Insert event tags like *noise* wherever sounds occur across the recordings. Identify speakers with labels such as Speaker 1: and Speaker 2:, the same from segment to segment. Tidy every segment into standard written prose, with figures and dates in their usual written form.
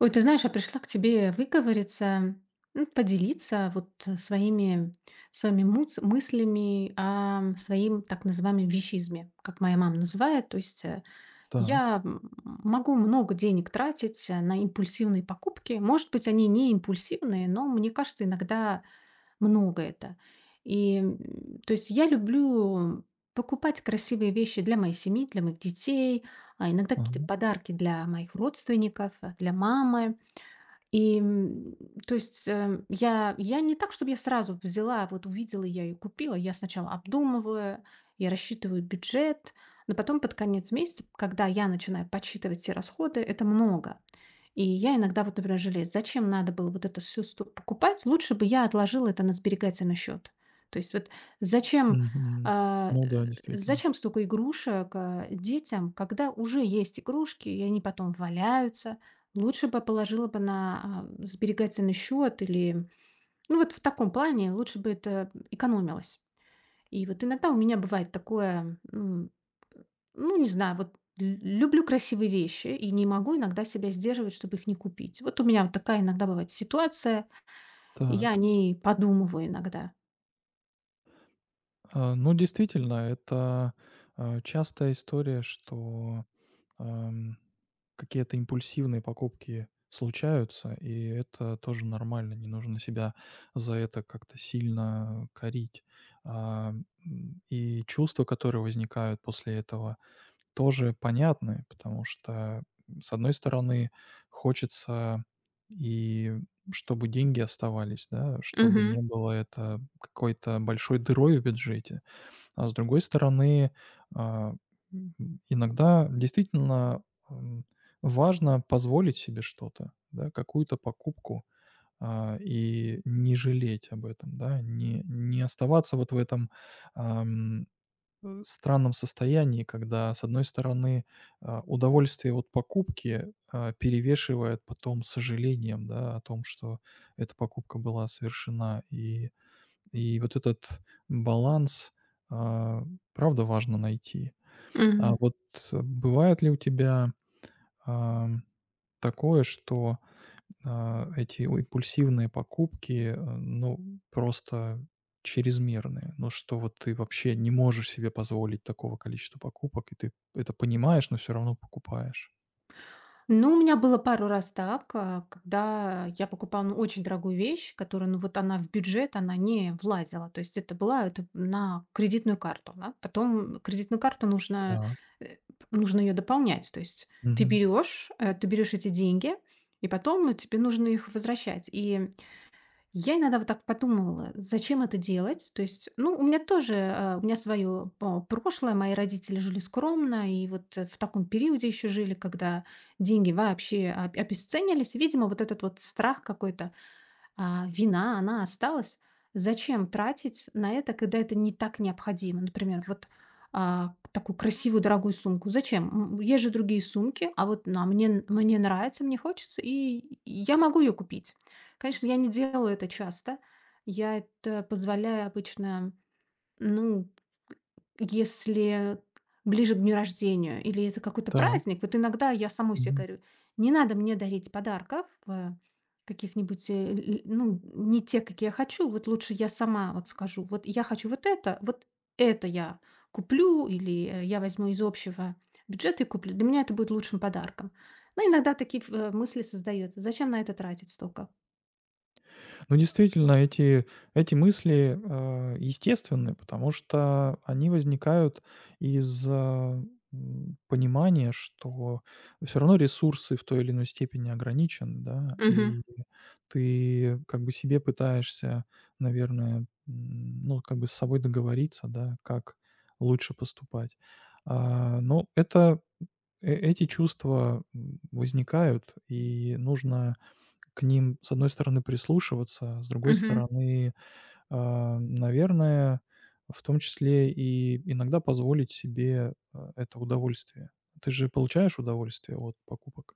Speaker 1: Ой, ты знаешь, я пришла к тебе выговориться, ну, поделиться своими, своими мыслями о своим так называемом вещизме, как моя мама называет.
Speaker 2: Так.
Speaker 1: Я могу много денег тратить на импульсивные покупки. Может быть, они не импульсивные, но мне кажется, иногда много это. И м, то есть я люблю покупать красивые вещи для моей семьи, для моих детей, а иногда какие-то
Speaker 2: Ага.
Speaker 1: подарки для моих родственников, для мамы. И, м, то есть, я не так, чтобы я сразу взяла, вот увидела я и купила. Я сначала обдумываю, я рассчитываю бюджет, но потом под конец месяца, когда я начинаю подсчитывать все расходы, это много. И я иногда вот, например, жалею, зачем надо было вот это все сто покупать, лучше бы я отложила это на сберегательный счет. То есть вот зачем,
Speaker 2: Мгм. Ну да, действительно.
Speaker 1: зачем столько игрушек, а, детям, когда уже есть игрушки, и они потом валяются. Лучше бы положила бы на, а, сберегательный счет или, ну, вот в таком плане лучше бы это экономилось. И вот иногда у меня бывает такое, ну, не знаю, вот лю люблю красивые вещи и не могу иногда себя сдерживать, чтобы их не купить. Вот у меня вот такая иногда бывает ситуация, и я о
Speaker 2: Так.
Speaker 1: ней подумываю иногда.
Speaker 2: Ну, действительно, это, частая история, что, ам, какие-то импульсивные покупки случаются, и это тоже нормально. Не нужно себя за это как-то сильно корить. А, и чувства, которые возникают после этого, тоже понятны, потому что, с одной стороны, хочется и чтобы деньги оставались, да, чтобы
Speaker 1: Мгм,
Speaker 2: не было это какой-то большой дырой в бюджете. А с другой стороны, а, иногда действительно, м, важно позволить себе что-то, да, какую-то покупку, и не жалеть об этом, да, не оставаться вот в этом, странном состоянии, когда, с одной стороны, удовольствие от покупки, перевешивает потом сожалением, да, о том, что эта покупка была совершена. И вот этот баланс, а, правда, важно найти. А
Speaker 1: мгм.
Speaker 2: вот бывает ли у тебя, ам, такое, что эти у импульсивные покупки, ну, просто чрезмерные. Ну, что вот ты вообще не можешь себе позволить такого количества покупок, и ты это понимаешь, но все равно покупаешь.
Speaker 1: Ну, у меня было пару раз так, а, когда я покупала, ну, очень дорогую вещь, которая, ну, вот она в бюджет, она не влазила. То есть это была это на кредитную карту. Да. Потом кредитную карту нужно,
Speaker 2: Так.
Speaker 1: э, нужно ее дополнять. То есть ты
Speaker 2: Мгм.
Speaker 1: берешь, ты берешь эти деньги, и потом тебе нужно их возвращать. И я иногда вот так подумала, зачем это делать. То есть, ну, у меня тоже, а, у меня свое а, прошлое, мои родители жили скромно, и вот в таком периоде еще жили, когда деньги вообще обесценились. Видимо, вот этот вот страх какой-то а, вина, она осталась. Зачем тратить на это, когда это не так необходимо? Например, вот а, такую красивую дорогую сумку. Зачем? Есть же другие сумки, а вот на, мне, мне нравится, мне хочется, и я могу ее купить. Конечно, я не делаю это часто. Я это позволяю обычно, ну, если ближе к дню рождения или если какой-то
Speaker 2: Так.
Speaker 1: праздник, вот иногда я самой себе говорю: "Не надо мне дарить подарков, каких-нибудь, э, л л ну, не те, какие я хочу. Вот лучше я сама вот скажу: "Вот я хочу вот это я куплю или, я возьму из общего бюджета и куплю. Для меня это будет лучшим подарком". Но иногда такие мысли создаются: "Зачем на это тратить столько?"
Speaker 2: Ну, действительно, эти мысли естественны, потому что они возникают из понимания, что все равно ресурсы в той или иной степени ограничены, да,
Speaker 1: Мгм,
Speaker 2: и ты как бы себе пытаешься, наверное, ну, как бы с собой договориться, да, как лучше поступать. Ну, эти чувства, возникают, и нужно к ним, с одной стороны, прислушиваться, с другой
Speaker 1: мгм.
Speaker 2: стороны, наверное, в том числе и иногда позволить себе, это удовольствие. Ты же получаешь удовольствие от покупок?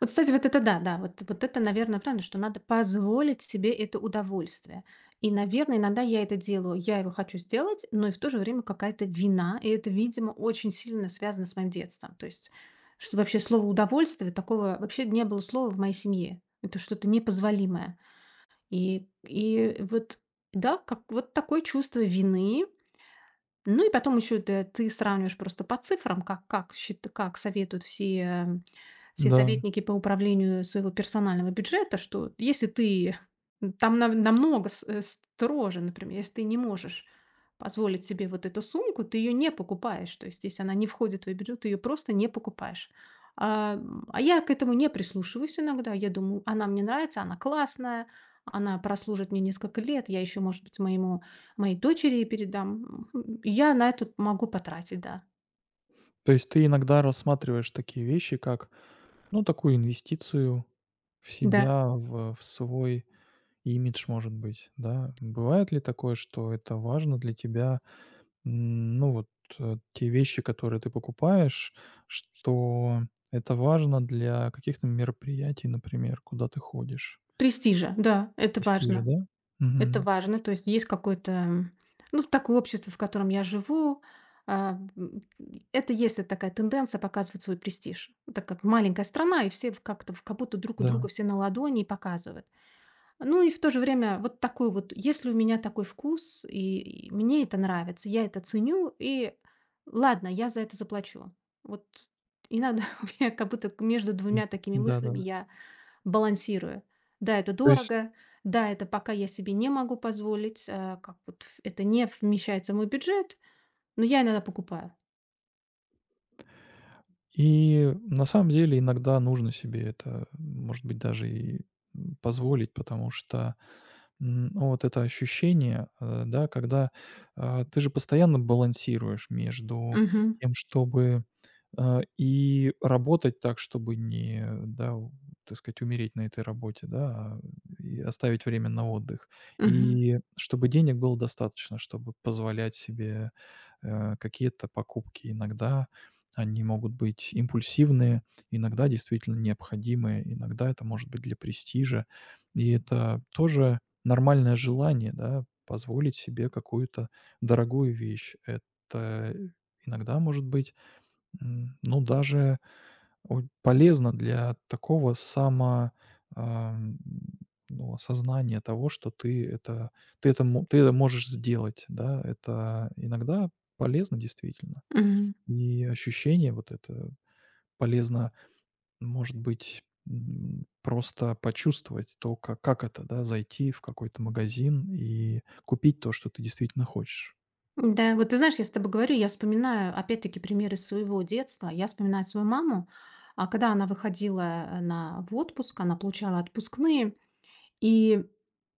Speaker 1: Вот, кстати, вот это да, да, вот вот это, наверное, правильно, что надо позволить себе это удовольствие. И, наверное, иногда я это делаю, я его хочу сделать, но и в то же время какая-то вина, и это, видимо, очень сильно связано с моим детством. То есть, что вообще слово «удовольствие» такого вообще не было слова в моей семье. Это что-то непозволимое. Вот, да, как вот такое чувство вины, ну и потом еще т ты сравниваешь просто по цифрам, как счит как советуют все все
Speaker 2: Да.
Speaker 1: советники по управлению своего персонального бюджета, что если ты *laughs* там на намного строже, например, если ты не можешь позволить себе вот эту сумку, ты ее не покупаешь. То есть если она не входит в твой бюджет, ты её просто не покупаешь. А я к этому не прислушиваюсь иногда. Я думаю: "Она мне нравится, она классная, она прослужит мне несколько лет". Я еще может быть, моему Моей дочери и передам. Я на это могу потратить, да.
Speaker 2: То есть ты иногда рассматриваешь такие вещи, как, ну, такую инвестицию в
Speaker 1: Да.
Speaker 2: себя, в свой имидж, может быть, да? Бывает ли такое, что это важно для тебя? Ну вот, те вещи, которые ты покупаешь, что это важно для каких-то мероприятий, например, куда ты ходишь.
Speaker 1: Престижа, да, это
Speaker 2: Престижа,
Speaker 1: важно.
Speaker 2: да?
Speaker 1: Это
Speaker 2: Мгм.
Speaker 1: важно. То есть есть какое-то, ну, такое общество, в котором я живу. А, м, это есть вот такая тенденция показывать свой престиж. Так как маленькая страна, и все в как-то в как будто друг у
Speaker 2: Да.
Speaker 1: друга все на ладони и показывают. Ну и в то же время вот такой вот, если у меня такой вкус, мне это нравится, я это ценю, и ладно, я за это заплачу. Вот иногда *laughs* у меня как будто между
Speaker 2: М.
Speaker 1: двумя такими мыслями
Speaker 2: Да-да.
Speaker 1: я балансирую. Да, это
Speaker 2: То есть
Speaker 1: дорого, да, это пока я себе не могу позволить, а, как вот это не вмещается в мой бюджет, но я иногда покупаю.
Speaker 2: и на самом деле иногда нужно себе это, может быть, даже и, позволить, потому что ну, вот это ощущение, да, когда, ты же постоянно балансируешь между
Speaker 1: Мгм.
Speaker 2: тем, чтобы, и работать так, чтобы не, да, у так сказать, умереть на этой работе, да, и оставить время на отдых.
Speaker 1: Мгм.
Speaker 2: И чтобы денег было достаточно, чтобы позволять себе, какие-то покупки. Иногда они могут быть импульсивные, иногда действительно необходимые, иногда это может быть для престижа. И это тоже нормальное желание, да, позволить себе какую-то дорогую вещь. Это иногда может быть, ну, даже о полезно для такого ам, ну, осознания того, что ты это можешь сделать, да. Это иногда полезно действительно.
Speaker 1: Мгм.
Speaker 2: И ощущение вот это полезно может быть, просто почувствовать то, ка как это, да, зайти в какой-то магазин и купить то, что ты действительно хочешь.
Speaker 1: Да, вот ты знаешь, я с тобой говорю, я вспоминаю опять-таки примеры своего детства. Я вспоминаю свою маму, а, когда она выходила на, в отпуск, она получала отпускные, и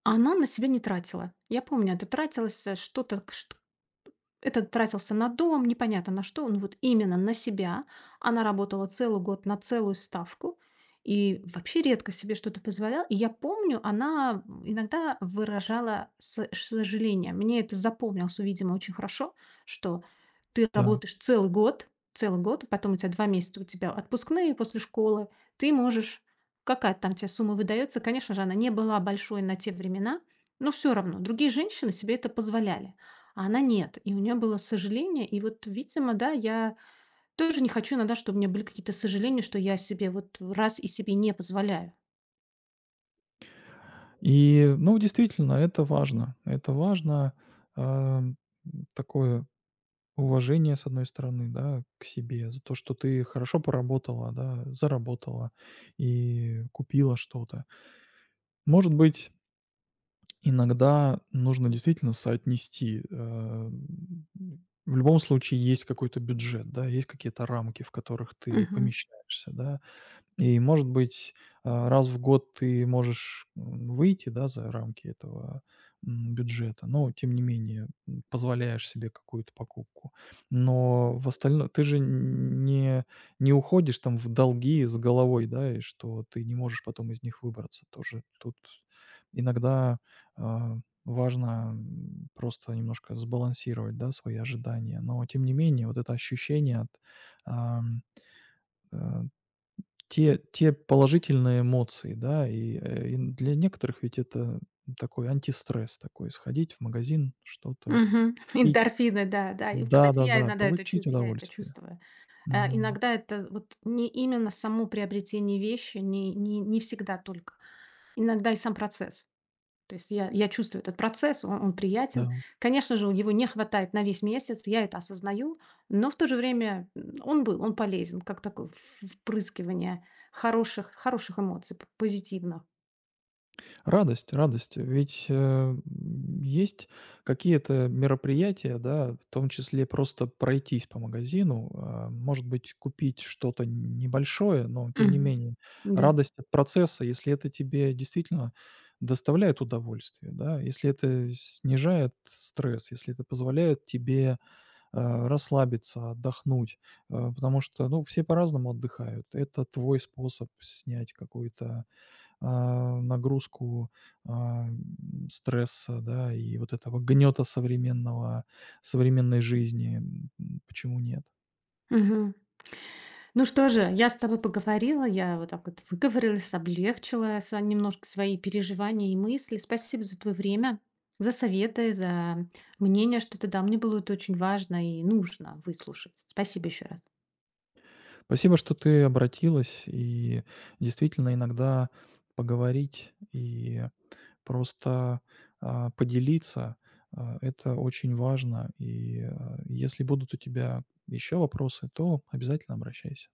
Speaker 1: она на себя не тратила. Я помню, это тратилось что-то, этот тратился на дом, непонятно на что, ну вот именно на себя. Она работала целый год на целую ставку и вообще редко себе что-то позволяла. И я помню, она иногда выражала сожаление. Мне это запомнилось, видимо, очень хорошо, что ты
Speaker 2: Да.
Speaker 1: работаешь целый год, потом у тебя два месяца у тебя отпускные после школы, ты можешь, какая то там тебе сумма выдается, конечно же, она не была большой на те времена, но все равно другие женщины себе это позволяли. А она нет. И у нее было сожаление. И вот, видимо, да, я тоже не хочу иногда, чтобы у меня были какие-то сожаления, что я себе вот раз и себе не позволяю.
Speaker 2: И, ну, действительно, это важно. Это важно, ам, такое уважение, с одной стороны, да, к себе за то, что ты хорошо поработала, да, заработала и купила что-то. Может быть. Иногда нужно действительно соотнести, в любом случае есть какой-то бюджет, да, есть какие-то рамки, в которых ты
Speaker 1: Мгм.
Speaker 2: помещаешься, да. И, может быть, раз в год ты можешь, выйти, да, за рамки этого, бюджета, но тем не менее, позволяешь себе какую-то покупку. Но в остальном ты же н не не уходишь там в долги с головой, да, и что ты не можешь потом из них выбраться тоже. Тут иногда, а, важно, просто немножко сбалансировать, да, свои ожидания. Но тем не менее, вот это ощущение от, э те положительные эмоции, да, и для некоторых ведь это такой антистресс такой, сходить в магазин, что-то
Speaker 1: Мгм. *laughs*
Speaker 2: пить,
Speaker 1: Эндорфины, да, да. И, кстати, я
Speaker 2: Да-да-да,
Speaker 1: иногда это
Speaker 2: получить
Speaker 1: чувствую, я это
Speaker 2: удовольствие.
Speaker 1: чувствую.
Speaker 2: Мгм.
Speaker 1: Иногда это вот не именно само приобретение вещи, не всегда только. Иногда и сам процесс. То есть я чувствую этот процесс, он приятен.
Speaker 2: Да.
Speaker 1: Конечно же, у его не хватает на весь месяц, я это осознаю, но в то же время, он был, он полезен, как такое в впрыскивание хороших эмоций, п позитивных.
Speaker 2: Радость, радость. Ведь, есть какие-то мероприятия, да, в том числе просто пройтись по магазину, может быть, купить что-то небольшое, но тем не
Speaker 1: Мгм.
Speaker 2: менее
Speaker 1: Да.
Speaker 2: радость от процесса, если это тебе действительно доставляет удовольствие, да, если это снижает стресс, если это позволяет тебе, расслабиться, отдохнуть, потому что, ну, все по-разному отдыхают. Это твой способ снять какую-то, нагрузку, стресса, да, и вот этого гнета современного современной жизни. Почему нет?
Speaker 1: Мгм. Ну что же, я с тобой поговорила, я вот так вот выговорилась, облегчила со немножко свои переживания и мысли. Спасибо за твое время, за советы, за мнение, что ты дал. Мне было это очень важно и нужно выслушать. Спасибо еще раз.
Speaker 2: Спасибо, что ты обратилась. И действительно, иногда поговорить и просто, поделиться, это очень важно. И если будут у тебя еще вопросы, то обязательно обращайся.